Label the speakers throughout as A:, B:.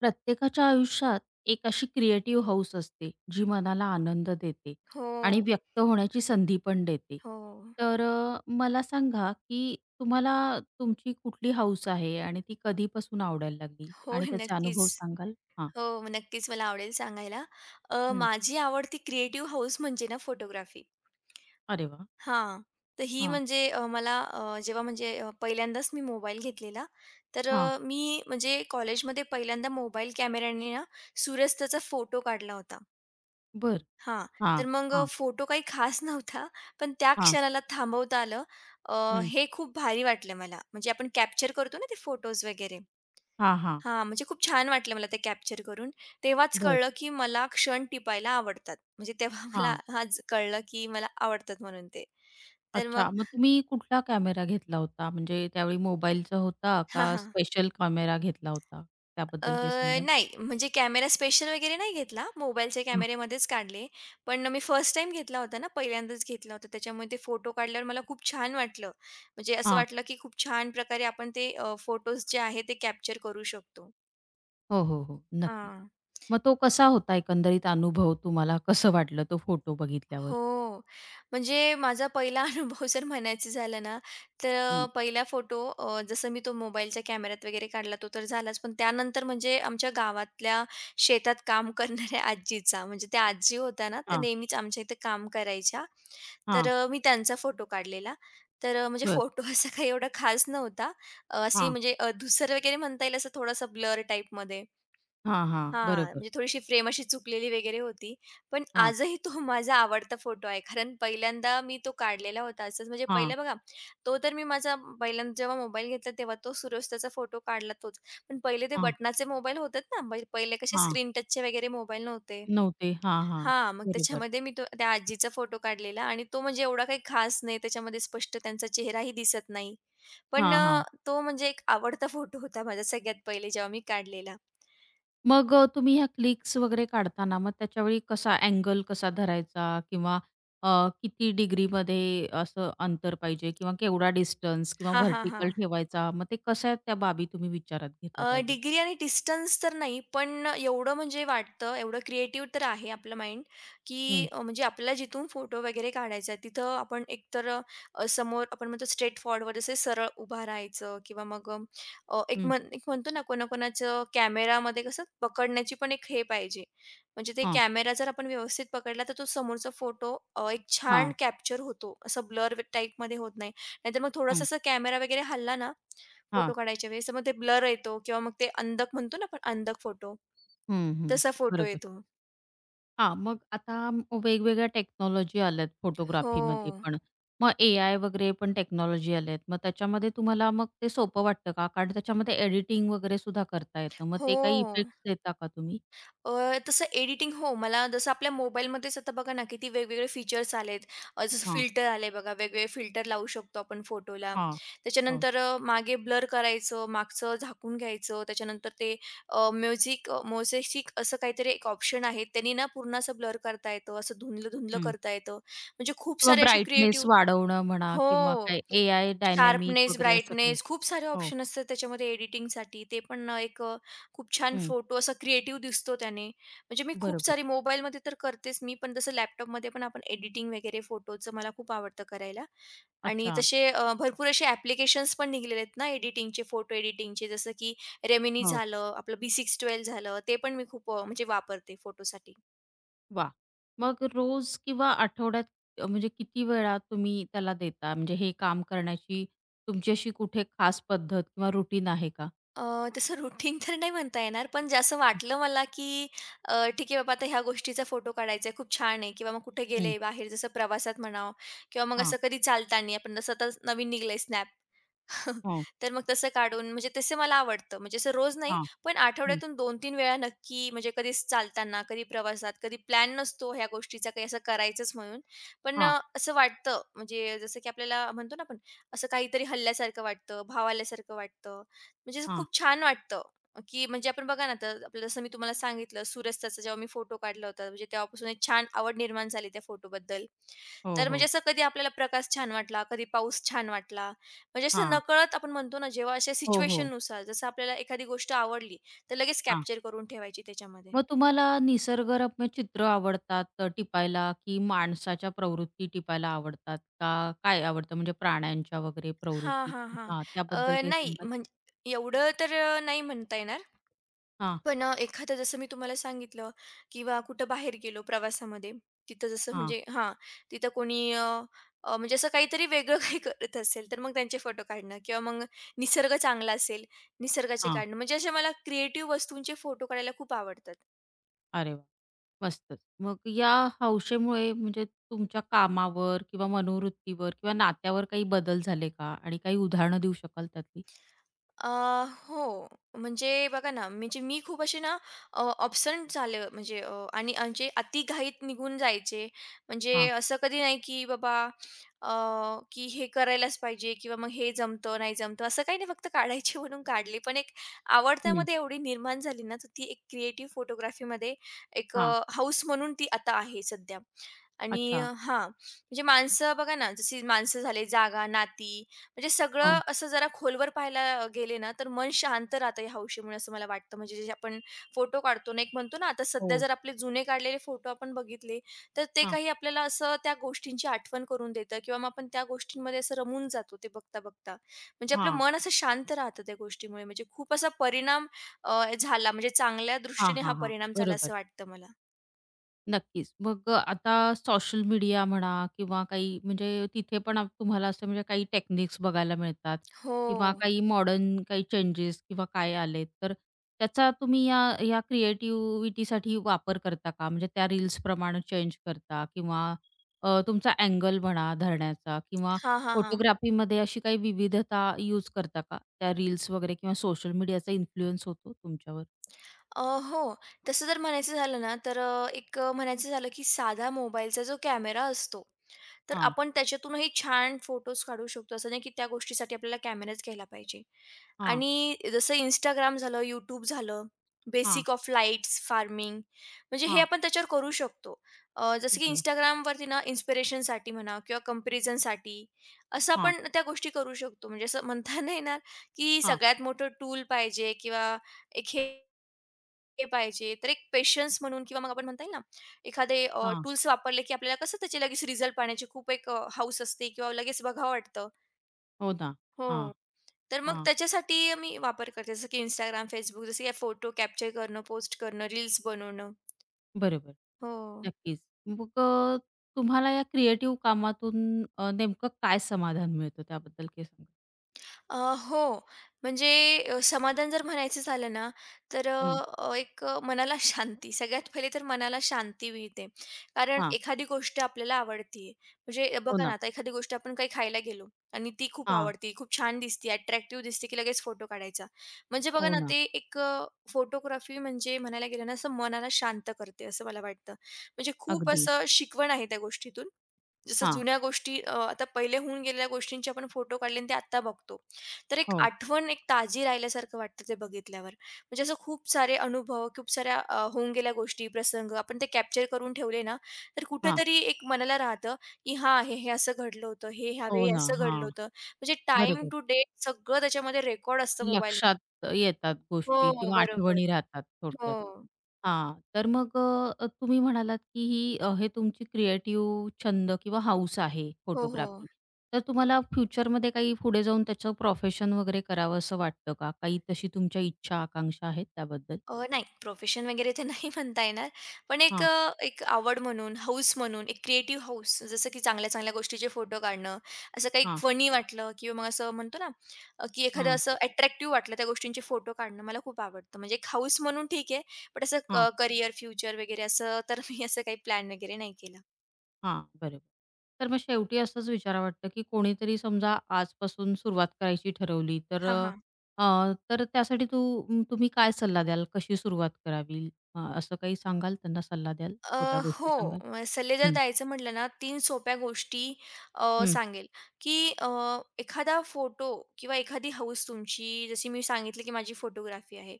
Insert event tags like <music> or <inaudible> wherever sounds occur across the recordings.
A: प्रत्येकाच्या आयुष्यात एक अशी क्रिएटिव्ह हाऊस असते, जी मनाला आनंद देते
B: हो,
A: आणि व्यक्त होण्याची संधी पण देते.
B: हो,
A: तर मला सांगा, की तुम्हाला तुमची कुठली हाऊस आहे आणि ती कधीपासून आवडायला लागली
B: हो.
A: आणि त्याचे
B: नक्कीच.
A: अनुभव सांगाल? हां.
B: हो, नक्कीच मला आवडेल सांगायला.
A: हं.
B: माझी आवडती क्रिएटिव्ह हौस म्हणजे ना फोटोग्राफी.
A: अरे वाह!
B: हां. तर ही
A: हां,
B: म्हणजे मला जेव्हा म्हणजे पहिल्यांदाच मी मोबाईल घेतलेला, तर
A: हां.
B: मी म्हणजे कॉलेजमध्ये पहिल्यांदा मोबाईल कॅमेऱ्याने ना सूर्यास्ताचा फोटो काढला होता.
A: बरं.
B: हां.
A: हां,
B: तर मग
A: हां,
B: फोटो काही खास नव्हता, पण त्या
A: हां.
B: क्षणाला थांबवता आलं.
A: हं.
B: हे खूप भारी वाटलं मला. म्हणजे आपण कॅप्चर करतो ना ते फोटोज वगैरे.
A: हां, हां.
B: हां, म्हणजे खूप छान वाटलं मला ते कॅप्चर करून. तेव्हाच
A: बरं.
B: कळलं, की मला क्षण टिपायला आवडतात. म्हणजे तेव्हा <laughs> मला
A: हां.
B: आज कळलं, की मला आवडतात म्हणून ते. तर मग
A: अच्छा. मग तुम्ही कुठला कॅमेरा घेतला होता? म्हणजे त्यावेळी मोबाईलचा होता
B: हां,
A: का
B: हां.
A: स्पेशल कॅमेरा घेतला होता?
B: अ,
A: त्याबद्दल काही सांगाल?
B: नाही म्हणजे कॅमेरा स्पेशल वगैरे नाही घेतला. मोबाईलच्या कॅमेऱ्यामध्येच काढले. पण मी फर्स्ट टाईम घेतला होता ना, पहिल्यांदाच घेतला होता. त्याच्यामुळे ते फोटो काढल्यावर मला खूप छान वाटलं. म्हणजे असं
A: हां.
B: वाटलं, की खूप छान प्रकारे आपण ते फोटोज जे आहेत ते कॅप्चर करू शकतो.
A: हो, हो, हो. नक्कीच.
B: हां.
A: मग तो कसा होता एकंदरीत अनुभव तुम्हाला कसं वाटलं तो फोटो बघितल्यावर?
B: हो. म्हणजे माझा पहिला <laughs> अनुभव जर म्हणायचं झालं ना, तर
A: हं.
B: पहिला फोटो जसं मी तो मोबाईलच्या कॅमेऱ्यात वगैरे काढला तो तर झालाच. पण त्यानंतर म्हणजे आमच्या गावातल्या शेतात काम <laughs> करणाऱ्या आजीचा, म्हणजे त्या आजी होत्या ना, त्या
A: हां,
B: नेहमीच आमच्या इथे काम करायच्या. तर
A: हां.
B: मी त्यांचा फोटो काढलेला. तर म्हणजे
A: बर
B: फोटो असा काही एवढा खास नव्हता. अशी
A: हां,
B: म्हणजे धूसर वगैरे म्हणता येईल असं थोडासा ब्लर टाईपमध्ये.
A: हां, हां.
B: हां,
A: बरोबर.
B: म्हणजे थोडीशी फ्रेम अशी चुकलेली वगैरे होती. पण
A: हां,
B: आजही तो <laughs> माझा आवडता फोटो आहे. कारण पहिल्यांदा मी तो काढलेला होता असंच म्हणजे
A: हां,
B: पहिलं बघा, तो तर मी माझा पहिल्यांदा जेव्हा मोबाईल घेतला तेव्हा तो सूर्यास्ताचा फोटो काढला तोच. पण पहिले ते
A: हां,
B: बटनाचे मोबाईल होतात ना, म्हणजे पहिले कसे
A: हां.
B: स्क्रीन टचचे वगैरे मोबाईल नव्हते.
A: नव्हते. हां, हां.
B: हां, मग
A: बरोबर.
B: त्याच्यामध्ये मी तो त्या आजीचा फोटो काढलेला आणि तो म्हणजे एवढा काही खास नाही. त्याच्यामध्ये स्पष्ट त्यांचा चेहराही दिसत नाही. पण
A: हां,
B: अ,
A: हां.
B: तो म्हणजे एक आवडता फोटो होता माझा सगळ्यात पहिले जेव्हा मी काढलेला.
A: मग तुम्ही ह्या क्लिक्स वगैरे काढताना मग त्याच्यावेळी कसा अँगल कसा धरायचा किंवा अ, किती डिग्रीमध्ये असं अंतर पाहिजे किंवा केवढा डिस्टन्स किंवा
B: हां, हां,
A: व्हर्टिकल
B: हां.
A: ठेवायचा? मग ते कशा त्या बाबी तुम्ही विचारात घेता त्यावेळी?
B: डिग्री आणि डिस्टन्स तर नाही, पण एवढं म्हणजे वाटतं, एवढं क्रिएटिव्ह तर आहे आपलं माइंड, की
A: हं,
B: म्हणजे आपल्याला जिथून फोटो वगैरे काढायचा आहे, तिथं आपण एकतर समोर आपण म्हणतो स्ट्रेट फॉरवर्ड असे सरळ उभा राहायचं किंवा मग एक
A: हं.
B: म्हण एक म्हणतो ना, कोणाकोणाचं कॅमेरामध्ये कसं पकडण्याची पण एक हे पाहिजे. म्हणजे ते
A: हां,
B: कॅमेरा जर आपण व्यवस्थित पकडला, तर तो समोरचा फोटो एक छान
A: हां.
B: कॅप्चर होतो. असं ब्लर टाइपमध्ये होत नाही. नाहीतर मग थोडासा असं कॅमेरा वगैरे हलला ना फोटो
A: हां.
B: काढायच्या वेळेस तर मग ते ब्लर येतो किंवा मग ते अंधक म्हणतो ना आपण अंधक फोटो,
A: हं, हं.
B: तसा फोटो
A: बरोबर.
B: येतो.
A: हां, मग आता वेगवेगळ्या टेक्नॉलॉजी आल्यात
B: हो.
A: फोटोग्राफीमध्ये पण. मग एआय वगैरे पण टेक्नॉलॉजी आल्यात. मग त्याच्यामध्ये तुम्हाला मग ते सोपं वाटतं का? कारण त्याच्यामध्ये एडिटिंग वगैरे सुद्धा करता येतं. मग ते
B: हो.
A: काही इफेक्ट्स देता का तुम्ही?
B: अ, तसं एडिटिंग हो, मला जसं आपल्या मोबाईलमध्येच आता बघा ना किती वेगवेगळे फीचर्स आलेत. जसं
A: हां,
B: फिल्टर आले बघा, वेगवेगळे फिल्टर लावू शकतो आपण फोटोला.
A: हां, हो.
B: त्याच्यानंतर मागे ब्लर करायचं, मागचं झाकून घ्यायचं, त्याच्यानंतर ते म्युझिक असं काहीतरी एक ऑप्शन आहे. त्यांनी ना पूर्ण असं ब्लर करता येतं, असं धुंदलं-धुंदलं
A: हं.
B: करता येतं. म्हणजे खूप
A: किंवा
B: सारे असे
A: ब्राईटनेस
B: क्रिएटिव्ह
A: वाढवणं म्हणा किंवा
B: हो.
A: काय एआय डायनॅमिक
B: शार्पनेस,
A: वगैरे असं काही?
B: ब्राईटनेस खूप सारे
A: हो.
B: ऑप्शन असतात त्याच्यामध्ये एडिटिंगसाठी. ते पण खूप छान
A: हं.
B: फोटो असा क्रिएटिव्ह दिसतो त्याने. म्हणजे मी खूप
A: बरोबर.
B: सारी मोबाईलमध्ये तर करतेच मी, पण तसं लॅपटॉपमध्ये पण आपण एडिटिंग वगैरे फोटोचं मला खूप आवडतं करायला. आणि
A: अच्छा.
B: तसे भरपूर असे ॲप्लिकेशन्स पण निघालेले आहेत ना एडिटिंगचे, फोटो एडिटिंगचे जसं की Remini
A: हो.
B: झालं, आपलं B612 झालं. ते पण मी खूप म्हणजे वापरते फोटोसाठी.
A: वाह! मग रोज किंवा आठवड्यात म्हणजे किती वेळा तुम्ही त्याला देता? म्हणजे हे काम करण्याची तुमची अशी कुठे खास पद्धत किंवा रुटीन आहे का?
B: अ, तसं रुटीन तर नाही म्हणता येणार, पण जे असं वाटलं मला, की ठीक आहे बाबा आता ह्या गोष्टीचा फोटो काढायचा आहे, खूप छान आहे किंवा मग कुठे
A: हं.
B: गेले बाहेर जसं प्रवासात म्हणावं किंवा मग
A: हां.
B: असं कधी चालताना आपण जसं आता नवीन निघालंय स्नॅप. <laughs>
A: हो.
B: तर मग तसं काढून म्हणजे तसे मला आवडतं. म्हणजे असं रोज नाही,
A: हां.
B: पण
A: हं.
B: आठवड्यातून 2-3 वेळा नक्की म्हणजे कधी चालताना, कधी प्रवासात, कधी प्लॅन नसतो ह्या गोष्टीचा काही असं करायचंच म्हणून. पण
A: हां.
B: अ, असं वाटतं म्हणजे जसं की आपल्याला म्हणतो ना आपण, असं काहीतरी हलल्यासारखं वाटतं, भाव आल्यासारखं वाटतं म्हणजे असं
A: हां.
B: खूप छान वाटतं, की म्हणजे आपण बघा ना, आता आपलं जसं मी तुम्हाला सांगितलं सूर्यास्ताचा जेव्हा मी फोटो काढला होता, म्हणजे तेव्हापासून एक छान आवड निर्माण झाली त्या फोटोबद्दल.
A: हो,
B: तर म्हणजे
A: हो.
B: असं कधी आपल्याला प्रकाश छान वाटला, कधी पाऊस छान वाटला. म्हणजे असं
A: हां.
B: नकळत आपण म्हणतो ना, जेव्हा अशा
A: हो, हो.
B: सिच्युएशननुसार जसं आपल्याला एखादी गोष्ट आवडली, तर लगेच
A: हां.
B: कॅप्चर करून ठेवायची त्याच्यामध्ये.
A: मग तुम्हाला निसर्गरम्य चित्र आवडतात टिपायला की माणसाच्या प्रवृत्ती टिपायला आवडतात का? काय आवडतं म्हणजे प्राण्यांच्या वगैरे
B: हां,
A: प्रवृत्ती?
B: हां, हां.
A: हां, त्याबद्दल काही
B: नाही,
A: सांगाल?
B: म्हणजे एवढं तर नाही म्हणता येणार.
A: हां,
B: पण एखादं जसं मी तुम्हाला सांगितलं किंवा कुठं बाहेर गेलो प्रवासामध्ये, तिथं जसं
A: हां,
B: म्हणजे हां, तिथं कोणी अ, अ, म्हणजे असं काहीतरी वेगळं काही करत असेल, तर मग त्यांचे फोटो काढणं किंवा मग निसर्ग चांगला असेल, निसर्गाचे
A: हां.
B: काढणं. म्हणजे अशा मला क्रिएटिव्ह वस्तूंचे फोटो काढायला खूप आवडतात.
A: अरे वाह! मस्तच. मग या हौशेमुळे म्हणजे तुमच्या कामावर किंवा मनोवृत्तीवर किंवा नात्यावर काही बदल झाले का? आणि काही उदाहरणं देऊ शकाल त्यातली?
B: अ, हो. म्हणजे बघा ना, म्हणजे मी खूप असे ना अ, झाले म्हणजे आणि म्हणजे अतिघाईत निघून जायचे. म्हणजे
A: हां.
B: असं कधी नाही, की बाबा अ, की हे करायलाच पाहिजे किंवा मग हे जमतं, नाही जमतं असं काही नाही. फक्त काढायची <laughs> म्हणून काढली. पण एक आवड
A: हं.
B: त्यामध्ये एवढी निर्माण झाली ना, तर ती एक क्रिएटिव्ह फोटोग्राफीमध्ये एक
A: हां.
B: अ, म्हणून ती आता आहे सध्या. आणि
A: अच्छा.
B: हां, म्हणजे माणसं बघा ना, जशी माणसं झाले, जागा, नाती म्हणजे
A: हां.
B: सगळं असं जरा खोलवर पाहायला गेले ना, तर मन शांत राहतं या हौशीमुळे असं मला वाटतं. म्हणजे जे आपण फोटो काढतो ना, एक म्हणतो ना, आता सध्या
A: हो.
B: जर आपले जुने काढलेले फोटो आपण बघितले, तर ते
A: हां.
B: काही आपल्याला असं त्या गोष्टींची आठवण करून देतं किंवा मग आपण त्या गोष्टींमध्ये असं रमून जातो ते बघता-बघता. म्हणजे आपलं
A: हां.
B: मन असं शांत राहतं त्या गोष्टीमुळे. म्हणजे खूप असा परिणाम झाला म्हणजे चांगल्या
A: हां,
B: दृष्टीने हा
A: हां, हां.
B: परिणाम झाला
A: बरोबर.
B: असं वाटतं मला.
A: नक्कीच. मग आता सोशल मीडिया म्हणा किंवा काही म्हणजे तिथे पण तुम्हाला असं म्हणजे काही टेक्निक्स बघायला मिळतात
B: हो.
A: किंवा काही मॉडर्न काही चेंजेस किंवा काय आले तर त्याचा तुम्ही या या क्रिएटिव्हिटीसाठी वापर करता का? म्हणजे त्या रील्सप्रमाणे चेंज करता किंवा तुमचा अँगल म्हणा धरण्याचा किंवा
B: हां, हां, हां.
A: फोटोग्राफीमध्ये अशी काही विविधता यूज करता का? त्या रील्स वगैरे किंवा सोशल मीडियाचा इन्फ्लुअन्स होतो तुमच्यावर?
B: हो. तसं जर म्हणायचं झालं ना, तर एक म्हणायचं झालं, की साधा मोबाईलचा जो कॅमेरा असतो, तर
A: हां,
B: आपण त्याच्यातूनही छान फोटोज काढू शकतो. असं नाही, की त्या गोष्टीसाठी आपल्याला कॅमेराच घ्यायला पाहिजे.
A: हां,
B: आणि जसं Instagram झालं, YouTube झालं,
A: हां,
B: बेसिक ऑफ लाईट्स, फार्मिंग म्हणजे हे
A: हां.
B: आपण त्याच्यावर करू शकतो. जसं की
A: बरं.
B: Instagramवरती ना इन्स्पिरेशनसाठी म्हणा किंवा कंपॅरिझनसाठी असं
A: हां,
B: आपण त्या गोष्टी करू शकतो. म्हणजे असं म्हणता नाही येणार, की
A: हां.
B: सगळ्यात मोठं टूल पाहिजे किंवा एक हे हे पाहिजे. तर एक पेशन्स म्हणून किंवा मग आपण म्हणता येईल ना, एखादे
A: हां.
B: टूल्स वापरले की आपल्याला कसं त्याचे लगेच रिझल्ट पाहण्याची खूप एक हौस असते किंवा लगेच बघावं वाटतं.
A: हो ना.
B: हो.
A: हां,
B: तर मग
A: हां.
B: त्याच्यासाठी मी वापर करते. जसं की Instagram, Facebook जसं की फोटो कॅप्चर करणं, पोस्ट करणं, रील्स बनवणं.
A: बरोबर.
B: हो.
A: नक्कीच. मग तुम्हाला या क्रिएटिव्ह कामातून नेमकं काय समाधान मिळतं त्याबद्दल काही सांगा?
B: अ, हो. म्हणजे समाधान जर म्हणायचं झालं ना, तर
A: हं.
B: एक मनाला <laughs> शांती. सगळ्यात पहिले तर मनाला शांती मिळते. कारण
A: हां.
B: एखादी गोष्ट आपल्याला आवडते. म्हणजे
A: हो
B: बघा ना,
A: ना.
B: आता एखादी गोष्ट आपण काही खायला गेलो आणि ती खूप
A: हां.
B: आवड़ती, खूप छान दिसते, अट्रॅक्टिव्ह दिसते, की लगेच फोटो काढायचा. म्हणजे बघा
A: हो
B: ना,
A: ना.
B: ते एक फोटोग्राफी म्हणजे म्हणायला गेलं ना, असं मनाला शांत करते, असं मला वाटतं. म्हणजे खूप
A: अगदी.
B: असं शिकवण आहे त्या गोष्टीतून. जसं
A: हां.
B: जुन्या गोष्टी अ, आता पहिले होऊन गेलेल्या गोष्टींचे आपण फोटो काढले आणि ते आत्ता बघतो. तर एक
A: हो.
B: आठवण एक ताजी राहिल्यासारखं वाटतं ते बघितल्यावर. म्हणजे असं खूप सारे अनुभव, खूप साऱ्या होऊन गेल्या गोष्टी, प्रसंग आपण ते कॅप्चर करून ठेवले ना, तर
A: हां.
B: कुठेतरी एक मनाला राहतं, की हां, हे असं घडलं होतं, हे
A: हो
B: ह्यावेळी
A: ना.
B: असं घडलं
A: हां.
B: होतं. म्हणजे टाईम
A: बरोबर.
B: टू डेट सगळं त्याच्यामध्ये रेकॉर्ड असतं मोबाईलमध्ये.
A: लक्षात येतात गोष्टी
B: हो,
A: किंवा
B: बरोबर.
A: आठवणी राहतात
B: हो.
A: थोडक्यात. हां, तर मग तुम्ही म्हणालात, की हे तुमची क्रिएटिव्ह छंद किंवा हौस आहे
B: हो, हो.
A: फोटोग्राफी. तर तुम्हाला फ्युचरमध्ये काही पुढे जाऊन त्याचं प्रोफेशन वगैरे करावं असं वाटतं का? काही तशी तुमच्या इच्छा, आकांक्षा आहेत त्याबद्दल?
B: नाही, प्रोफेशन वगैरे तर <laughs> नाही म्हणता येणार. पण एक आवड म्हणून, हौस म्हणून, एक क्रिएटिव्ह हौस, जसं की चांगल्या-चांगल्या गोष्टीचे फोटो काढणं, असं काही
A: हां,
B: फनी वाटलं किंवा मग असं म्हणतो ना, की एखादं
A: हां,
B: असं अट्रॅक्टिव्ह वाटलं त्या गोष्टींचे फोटो काढणं मला खूप आवडतं. म्हणजे एक हौस म्हणून ठीक आहे, पण असं
A: हां.
B: क फ्युचर वगैरे असं तर मी असं काही प्लॅन वगैरे नाही केला.
A: हां, बरोबर. तर मग शेवटी असंच विचारावं वाटतं, की कोणीतरी समजा आजपासून सुरुवात करायची ठरवली, तर
B: हां,
A: अ,
B: हां.
A: अ, तर त्यासाठी तुम्ही काय सल्ला द्याल? कशी सुरुवात करावी? असं काही सांगाल? त्यांना सल्ला द्याल?
B: अ,
A: छोट्या गोष्टी
B: हो.
A: सांगाल?
B: सल्ले जर
A: हं,
B: द्यायचं म्हटलं ना, 3 सोप्या गोष्टी
A: हं.
B: सांगेल, की एखादा फोटो किंवा एखादी हौस तुमची जशी मी सांगितलं, की माझी फोटोग्राफी आहे.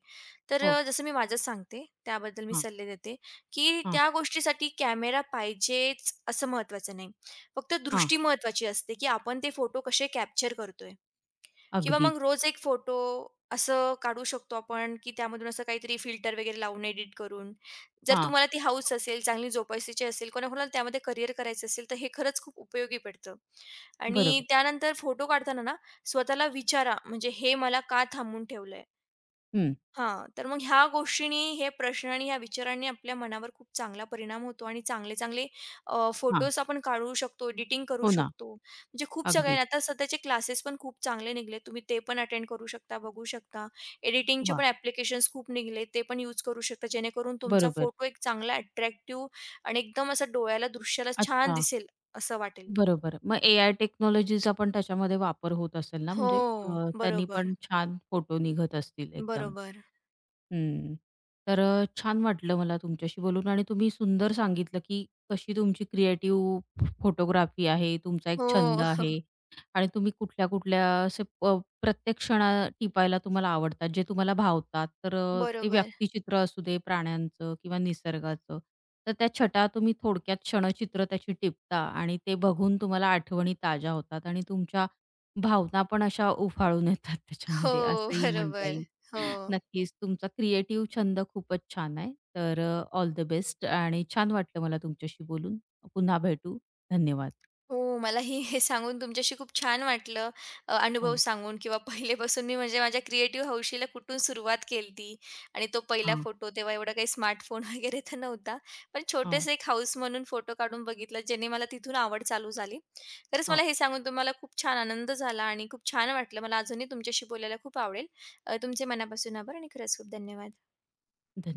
B: तर
A: हो.
B: जसं मी माझंच सांगते, त्याबद्दल मी
A: हां,
B: सल्ले देते, की
A: हां,
B: त्या गोष्टीसाठी कॅमेरा पाहिजेच असं महत्त्वाचं नाही. फक्त
A: हां.
B: दृष्टी महत्त्वाची असते, की आपण ते फोटो कसे कॅप्चर करतोय. किंवा मग
A: अगदीच.
B: रोज एक फोटो असं काढू शकतो आपण, की त्यामधून असं काहीतरी फिल्टर वगैरे लावून एडिट करून. जर
A: हां,
B: तुम्हाला ती हौस असेल, चांगली जोपासायची असेल, कोणाकोणाला त्यामध्ये करिअर करायचं असेल, तर हे खरंच खूप उपयोगी पडतं. आणि
A: बरोबर.
B: त्यानंतर फोटो काढताना ना स्वतःला विचारा, म्हणजे हे मला का थांबवून ठेवलंय?
A: हं.
B: हां, तर मग ह्या गोष्टींनी, हे प्रश्न आणि ह्या विचारांनी आपल्या मनावर खूप चांगला परिणाम होतो आणि चांगले-चांगले
A: हां.
B: फोटोज आपण काढू शकतो, एडिटिंग करू
A: हो ना.
B: शकतो. म्हणजे खूप सगळे
A: अगदीच.
B: आता सध्याचे क्लासेस पण खूप चांगले निघले. तुम्ही ते पण अटेंड करू शकता, बघू शकता. एडिटिंगचे
A: वाह!
B: पण ॲप्लिकेशन्स खूप निघले, ते पण यूज करू शकता. जेणेकरून तुमचा
A: बरोबर.
B: फोटो एक चांगला अट्रॅक्टिव्ह आणि एकदम असा डोळ्याला, दृश्याला छान
A: अच्छा.
B: दिसेल असं वाटेल.
A: बरोबर. मग एआय टेक्नॉलॉजीचा पण त्याच्यामध्ये वापर होत असेल ना?
B: हो,
A: म्हणजे त्यांनी
B: बरोबर,
A: पण छान फोटो निघत असतील एकदम.
B: बरोबर.
A: हं. तर छान वाटलं मला तुमच्याशी बोलून आणि तुम्ही सुंदर सांगितलं, की कशी तुमची क्रिएटिव्ह फोटोग्राफी आहे, तुमचा एक छंद
B: हो, <laughs>
A: आहे आणि तुम्ही कुठल्या-कुठल्या असे प प्रत्येक क्षणा टिपायला तुम्हाला आवडतात, जे तुम्हाला भावतात. तर ते
B: बरोबर.
A: व्यक्तिचित्र असू दे, प्राण्यांचं किंवा निसर्गाचं. तर त्या छटा तुम्ही थोडक्यात क्षणचित्र त्याची टिपता आणि ते बघून तुम्हाला आठवणी ताज्या होतात आणि तुमच्या भावना पण अशा उफाळून येतात
B: हो,
A: त्याच्यामध्ये,
B: <laughs>
A: असंही म्हणता
B: बरोबर.
A: येईल.
B: हो.
A: नक्कीच, तुमचा क्रिएटिव्ह छंद खूपच छान आहे. तर ऑल द बेस्ट आणि छान वाटलं मला तुमच्याशी बोलून. पुन्हा भेटू. धन्यवाद.
B: हो, मलाही हे सांगून तुमच्याशी खूप छान वाटलं. अनुभव
A: हो.
B: सांगून किंवा पहिलेपासून मी म्हणजे माझ्या क्रिएटिव्ह हौशीला कुठून सुरुवात केलती आणि तो पहिला
A: हां,
B: फोटो तेव्हा एवढा काही स्मार्टफोन <laughs> वगैरे तर नव्हता. पण
A: हो,
B: छोटेसे एक हौस म्हणून फोटो काढून बघितला, ज्याने मला तिथून आवड चालू झाली. खरंच
A: हो.
B: मला हे सांगून तुम्हाला खूप छान आनंद झाला आणि खूप छान वाटलं. मला अजूनही तुमच्याशी बोलायला खूप आवडेल. तुमचे मनापासून आभार आणि खरंच खूप धन्यवाद.
A: धन्यवाद.